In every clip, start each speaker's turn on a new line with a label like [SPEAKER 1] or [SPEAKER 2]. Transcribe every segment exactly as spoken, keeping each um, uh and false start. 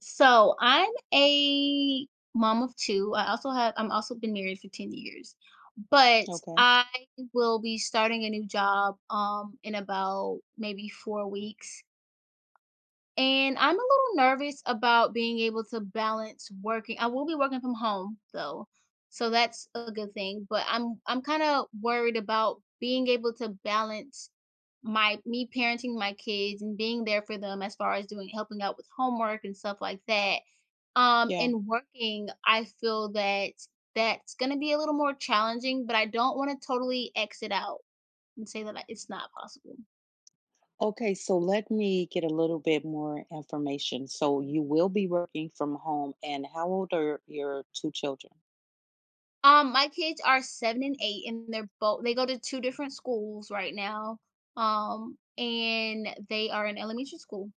[SPEAKER 1] So I'm a mom of two. I also have I'm also been married for ten years. But
[SPEAKER 2] Okay.
[SPEAKER 1] I will be starting a new job um in about maybe four weeks. And I'm a little nervous about being able to balance working. I will be working from home though. So that's a good thing, but I'm I'm kind of worried about being able to balance my me parenting my kids and being there for them as far as doing helping out with homework and stuff like that. Um
[SPEAKER 2] Yeah.
[SPEAKER 1] and working, I feel that that's going to be a little more challenging, but I don't want to totally exit out and say that I- it's not possible.
[SPEAKER 2] Okay. So let me get a little bit more information. So you will be working from home, and how old are your two children?
[SPEAKER 1] Um, my kids are seven and eight, and they're both they go to two different schools right now, um, and they are in elementary school.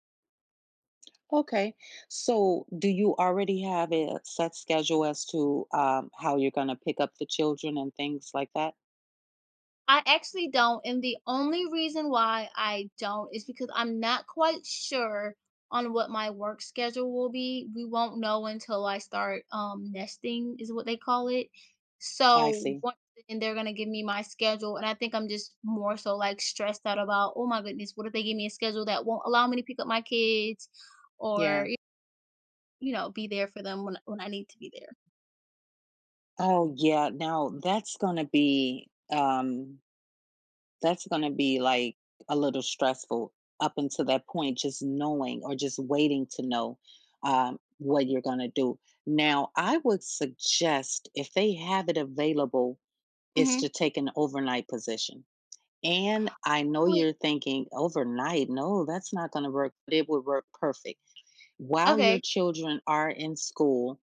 [SPEAKER 2] Okay. So do you already have a set schedule as to um, how you're going to pick up the children and things like that?
[SPEAKER 1] I actually don't, and the only reason why I don't is because I'm not quite sure on what my work schedule will be. We won't know until I start um nesting is what they call it.
[SPEAKER 2] I
[SPEAKER 1] So
[SPEAKER 2] see.
[SPEAKER 1] once And they're gonna give me my schedule, and I think I'm just more so like stressed out about, oh my goodness, what if they give me a schedule that won't allow me to pick up my kids or
[SPEAKER 2] Yeah.
[SPEAKER 1] y- you know, be there for them when when I need to be there.
[SPEAKER 2] Oh, yeah. Now, that's going to be um, that's gonna be, like, a little stressful up until that point, just knowing or just waiting to know, um, what you're gonna do. Now, I would suggest, if they have it available, is
[SPEAKER 1] Mm-hmm.
[SPEAKER 2] to take an overnight position, and I know
[SPEAKER 1] Really?
[SPEAKER 2] you're thinking, "Overnight? No, that's not gonna work," but it would work perfect. While your
[SPEAKER 1] Okay.
[SPEAKER 2] children are in school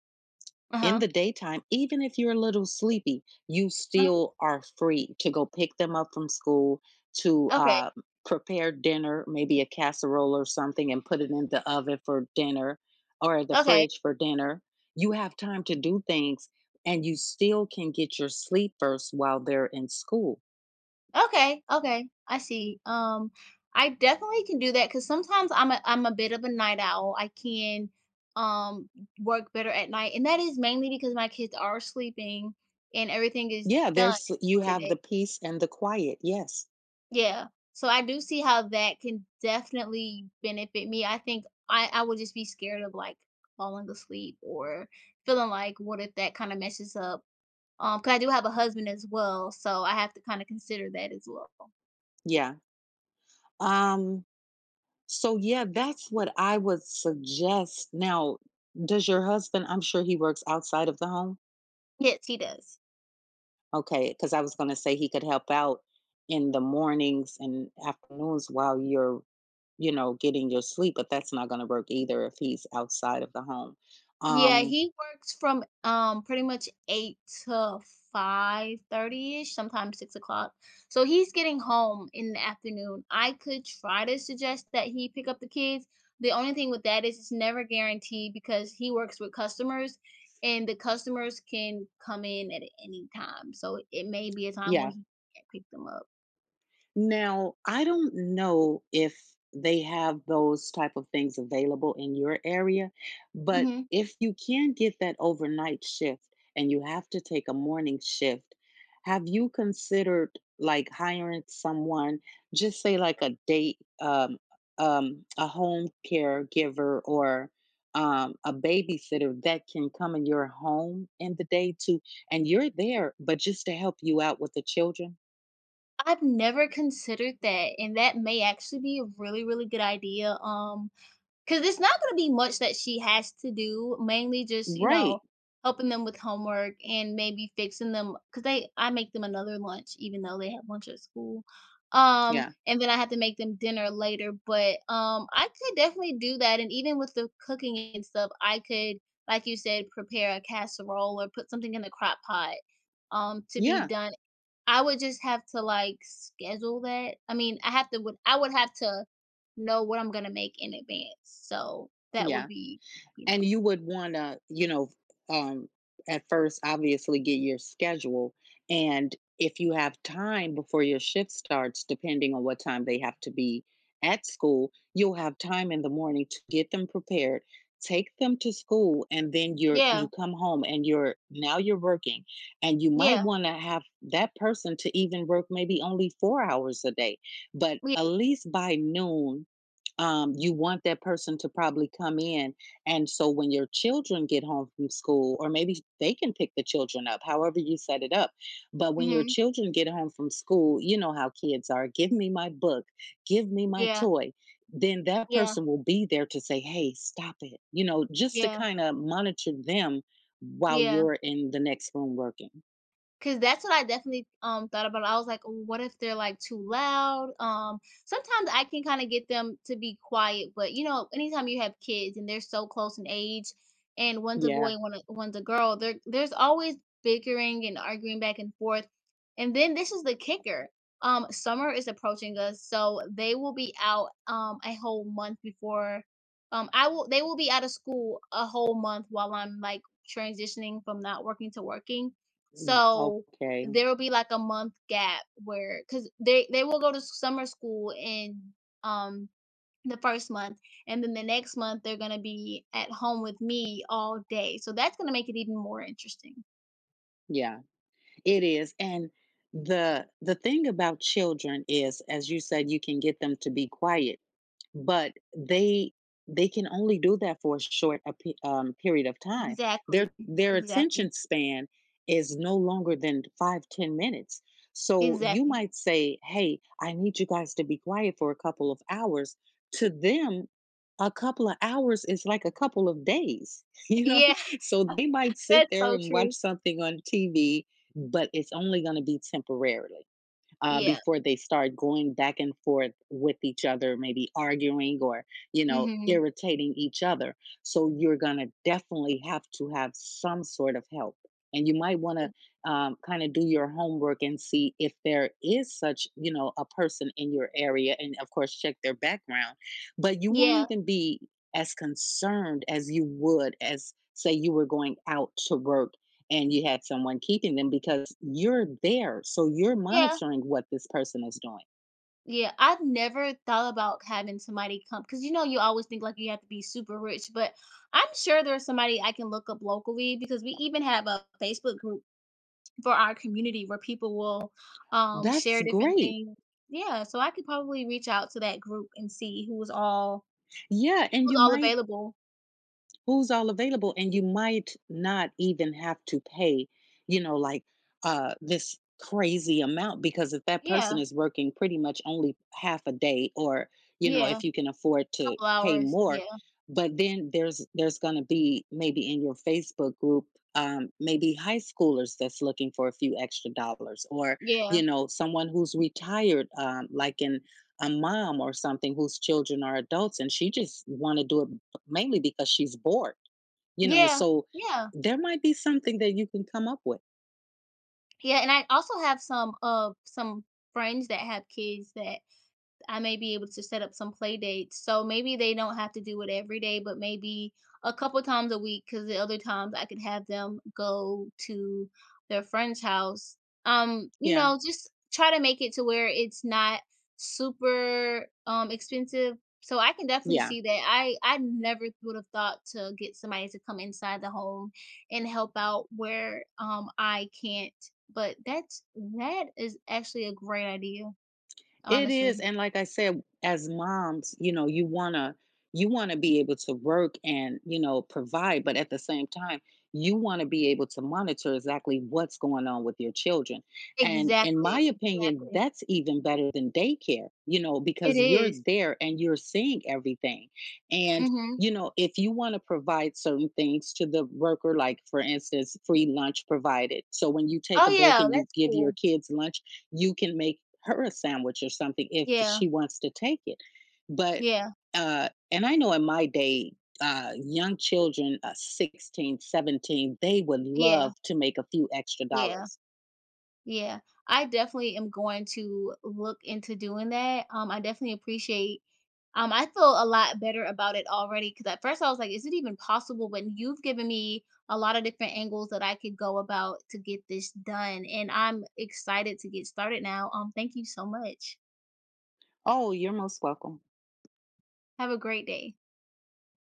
[SPEAKER 2] in
[SPEAKER 1] Uh-huh.
[SPEAKER 2] the daytime, even if you're a little sleepy, you
[SPEAKER 1] Uh-huh.
[SPEAKER 2] still are free to go pick them up from school, to
[SPEAKER 1] Okay.
[SPEAKER 2] uh, prepare dinner, maybe a casserole or something, and put it in the oven for dinner or the
[SPEAKER 1] Okay.
[SPEAKER 2] fridge for dinner. You have time to do things, and you still can get your sleep first while they're in school.
[SPEAKER 1] Okay, okay, I see. Um, I definitely can do that because sometimes I'm a I'm a bit of a night owl. I can um work better at night, and that is mainly because my kids are sleeping and everything is
[SPEAKER 2] Yeah,
[SPEAKER 1] done
[SPEAKER 2] there's you
[SPEAKER 1] for the
[SPEAKER 2] have the
[SPEAKER 1] day.
[SPEAKER 2] peace and the quiet. Yes.
[SPEAKER 1] Yeah, so I do see how that can definitely benefit me. I think I I would just be scared of like falling asleep or feeling like what if that kind of messes up. Um, because I do have a husband as well, so I have to kind of consider that as well.
[SPEAKER 2] Yeah. Um So, yeah, that's what I would suggest. Now, does your husband I'm sure he works outside of the home?
[SPEAKER 1] Yes, he does.
[SPEAKER 2] Okay, because I was gonna say he could help out in the mornings and afternoons while you're, you know, getting your sleep, but that's not gonna work either if he's outside of the home.
[SPEAKER 1] Yeah,
[SPEAKER 2] Um,
[SPEAKER 1] he works from, um, pretty much eight to 5:30ish, sometimes six o'clock. So he's getting home in the afternoon. I could try to suggest that he pick up the kids. The only thing with that is it's never guaranteed because he works with customers, and the customers can come in at any time. So it may be a time where
[SPEAKER 2] yeah.
[SPEAKER 1] he can't pick them up.
[SPEAKER 2] Now, I don't know if they have those type of things available in your area, but
[SPEAKER 1] Mhm.
[SPEAKER 2] if you can get that overnight shift and you have to take a morning shift, have you considered like hiring someone, just say like a date, um, um, a home caregiver or um, a babysitter that can come in your home in the day too, and you're there, but just to help you out with the children?
[SPEAKER 1] I've never considered that, and that may actually be a really, really good idea. um 'Cause it's not gonna be much that she has to do, mainly just, you
[SPEAKER 2] Right.
[SPEAKER 1] know, helping them with homework and maybe fixing them. Cause they I make them another lunch even though they have lunch at school. Um,
[SPEAKER 2] Yeah.
[SPEAKER 1] and then I have to make them dinner later, but, um, I could definitely do that, and even with the cooking and stuff, I could, like you said, prepare a casserole or put something in the crock pot, um, to be
[SPEAKER 2] Yeah,
[SPEAKER 1] done. I would just have to, like, schedule that. I mean, I have to would I would have to know what I'm gonna make in advance, so that would
[SPEAKER 2] yeah.
[SPEAKER 1] be, you know
[SPEAKER 2] And you would want to, you know, um, at first, obviously, get your schedule. And if you have time before your shift starts, depending on what time they have to be at school, you'll have time in the morning to get them prepared, take them to school, and then you're
[SPEAKER 1] yeah,
[SPEAKER 2] you come home and you're now you're working. And you
[SPEAKER 1] yeah,
[SPEAKER 2] might want to have that person to even work maybe only four hours a day, but
[SPEAKER 1] yeah,
[SPEAKER 2] at least by noon. Um, you want that person to probably come in, and so when your children get home from school, or maybe they can pick the children up, however you set it up. But when your
[SPEAKER 1] mhm,
[SPEAKER 2] children get home from school, you know how kids are. Give me my book, give me my
[SPEAKER 1] yeah,
[SPEAKER 2] toy. Then that
[SPEAKER 1] yeah,
[SPEAKER 2] person will be there to say, hey, stop it, you know, just to
[SPEAKER 1] yeah,
[SPEAKER 2] kind of monitor them while
[SPEAKER 1] yeah.
[SPEAKER 2] you're in the next room working.
[SPEAKER 1] 'Cause that's what I definitely, um, thought about. I was like, "Oh, what if they're, like, too loud?" Um, sometimes I can kinda get them to be quiet, but, you know, anytime you have kids and they're so close in age, and one's a boy
[SPEAKER 2] Yeah.
[SPEAKER 1] and one a one's a girl, there there's always bickering and arguing back and forth. And then this is the kicker, um, summer is approaching us, so they will be out, um, a whole month before, um, I will they will be out of school a whole month while I'm, like, transitioning from not working to working.
[SPEAKER 2] Mm,
[SPEAKER 1] So,
[SPEAKER 2] okay.
[SPEAKER 1] there will be, like, a month gap where, cause they they will go to summer school in, um, the first month, and then the next month, they're gonna be at home with me all day, so that's gonna make it even more interesting.
[SPEAKER 2] Yeah. It is. And the the thing about children is, as you said, you can get them to be quiet, but they they can only do that for a short a pe- um, period of time.
[SPEAKER 1] Exactly.
[SPEAKER 2] Their their
[SPEAKER 1] Exactly.
[SPEAKER 2] attention span is no longer than five ten minutes. So you
[SPEAKER 1] Exactly.
[SPEAKER 2] might say, hey, I need you guys to be quiet for a couple of hours. To them, a couple of hours is like a couple of days. You know,
[SPEAKER 1] Yeah,
[SPEAKER 2] so they might sit
[SPEAKER 1] that's
[SPEAKER 2] there
[SPEAKER 1] so
[SPEAKER 2] and watch
[SPEAKER 1] true.
[SPEAKER 2] something on TV, but it's only going to be temporarily, uh,
[SPEAKER 1] Yeah.
[SPEAKER 2] before they start going back and forth with each other, maybe arguing or, you know,
[SPEAKER 1] Mhm.
[SPEAKER 2] irritating each other. So you're going to definitely have to have some sort of help. And you might want
[SPEAKER 1] E
[SPEAKER 2] to um, kind of do your homework and see if there is such, you know, a person in your area. And of course, check their background. But you won't
[SPEAKER 1] yeah.
[SPEAKER 2] even be as concerned as you would as, say, you were going out to work and you had someone keeping them, because you're there. So you're
[SPEAKER 1] Yeah.
[SPEAKER 2] monitoring what this person is doing.
[SPEAKER 1] Yeah, I've never thought about having somebody come because you know, you always think, like, you have to be super rich, but I'm sure there's somebody I can look up locally because we even have a Facebook group for our community where people will, um,
[SPEAKER 2] That's
[SPEAKER 1] share different
[SPEAKER 2] great.
[SPEAKER 1] things. Yeah, so I could probably reach out to that group and see who was all
[SPEAKER 2] Yeah. And
[SPEAKER 1] who's
[SPEAKER 2] you
[SPEAKER 1] all
[SPEAKER 2] might
[SPEAKER 1] available.
[SPEAKER 2] who's all available, and you might not even have to pay, you know like uh this crazy amount, because if that person
[SPEAKER 1] Yeah,
[SPEAKER 2] is working pretty much only half a day, or you know,
[SPEAKER 1] yeah,
[SPEAKER 2] if you can afford to
[SPEAKER 1] couple
[SPEAKER 2] pay
[SPEAKER 1] hours.
[SPEAKER 2] more.
[SPEAKER 1] Yeah,
[SPEAKER 2] But then there's there's going to be, maybe in your Facebook group, um, maybe high schoolers that's looking for a few extra dollars, or you
[SPEAKER 1] yeah,
[SPEAKER 2] know someone who's retired, um, like, in a mom or something whose children are adults and she just want to do it, mainly because she's bored, you know?
[SPEAKER 1] yeah,
[SPEAKER 2] So
[SPEAKER 1] yeah,
[SPEAKER 2] there might be something that you can come up with.
[SPEAKER 1] yeah, and I also have some, uh, some friends that have kids that I may be able to set up some play dates. So maybe they don't have to do it every day, but maybe a couple times a week because the other times I could have them go to their friend's house. Um, you
[SPEAKER 2] Yeah.
[SPEAKER 1] know, just try to make it to where it's not super um expensive. So I can definitely
[SPEAKER 2] Yeah.
[SPEAKER 1] see that. I I never would have thought to get somebody to come inside the home and help out where um I can't. But that's that is actually a great idea,
[SPEAKER 2] It
[SPEAKER 1] honestly.
[SPEAKER 2] is, and like I said, as moms, you know, you wanna you wanna be able to work and you know provide, but at the same time, you want to be able to monitor exactly what's going on with your children. And in my
[SPEAKER 1] Exactly,
[SPEAKER 2] opinion,
[SPEAKER 1] exactly.
[SPEAKER 2] that's even better than daycare, you know,
[SPEAKER 1] It
[SPEAKER 2] because you're
[SPEAKER 1] is.
[SPEAKER 2] there and you're seeing everything. And
[SPEAKER 1] Mhm.
[SPEAKER 2] you know, if you want to provide certain things to the worker, like for instance, free lunch provided. So when you take
[SPEAKER 1] Oh,
[SPEAKER 2] a break
[SPEAKER 1] yeah,
[SPEAKER 2] and you
[SPEAKER 1] that's
[SPEAKER 2] give your
[SPEAKER 1] cool.
[SPEAKER 2] kids lunch, you can make her a sandwich or something if
[SPEAKER 1] Yeah,
[SPEAKER 2] she wants to take it. But
[SPEAKER 1] yeah,
[SPEAKER 2] uh and I know in my day, uh young children, uh sixteen, seventeen, they would
[SPEAKER 1] yeah,
[SPEAKER 2] love to make a few extra
[SPEAKER 1] yeah,
[SPEAKER 2] dollars.
[SPEAKER 1] yeah. I definitely am going to look into doing that. Um, I definitely appreciate um, I feel a lot better about it already because at first I was like, "Is it even possible?" But you've given me a lot of different angles that I could go about to get this done, and I'm excited to get started now. Um, thank you so much.
[SPEAKER 2] Oh, you're most welcome.
[SPEAKER 1] Have a great day.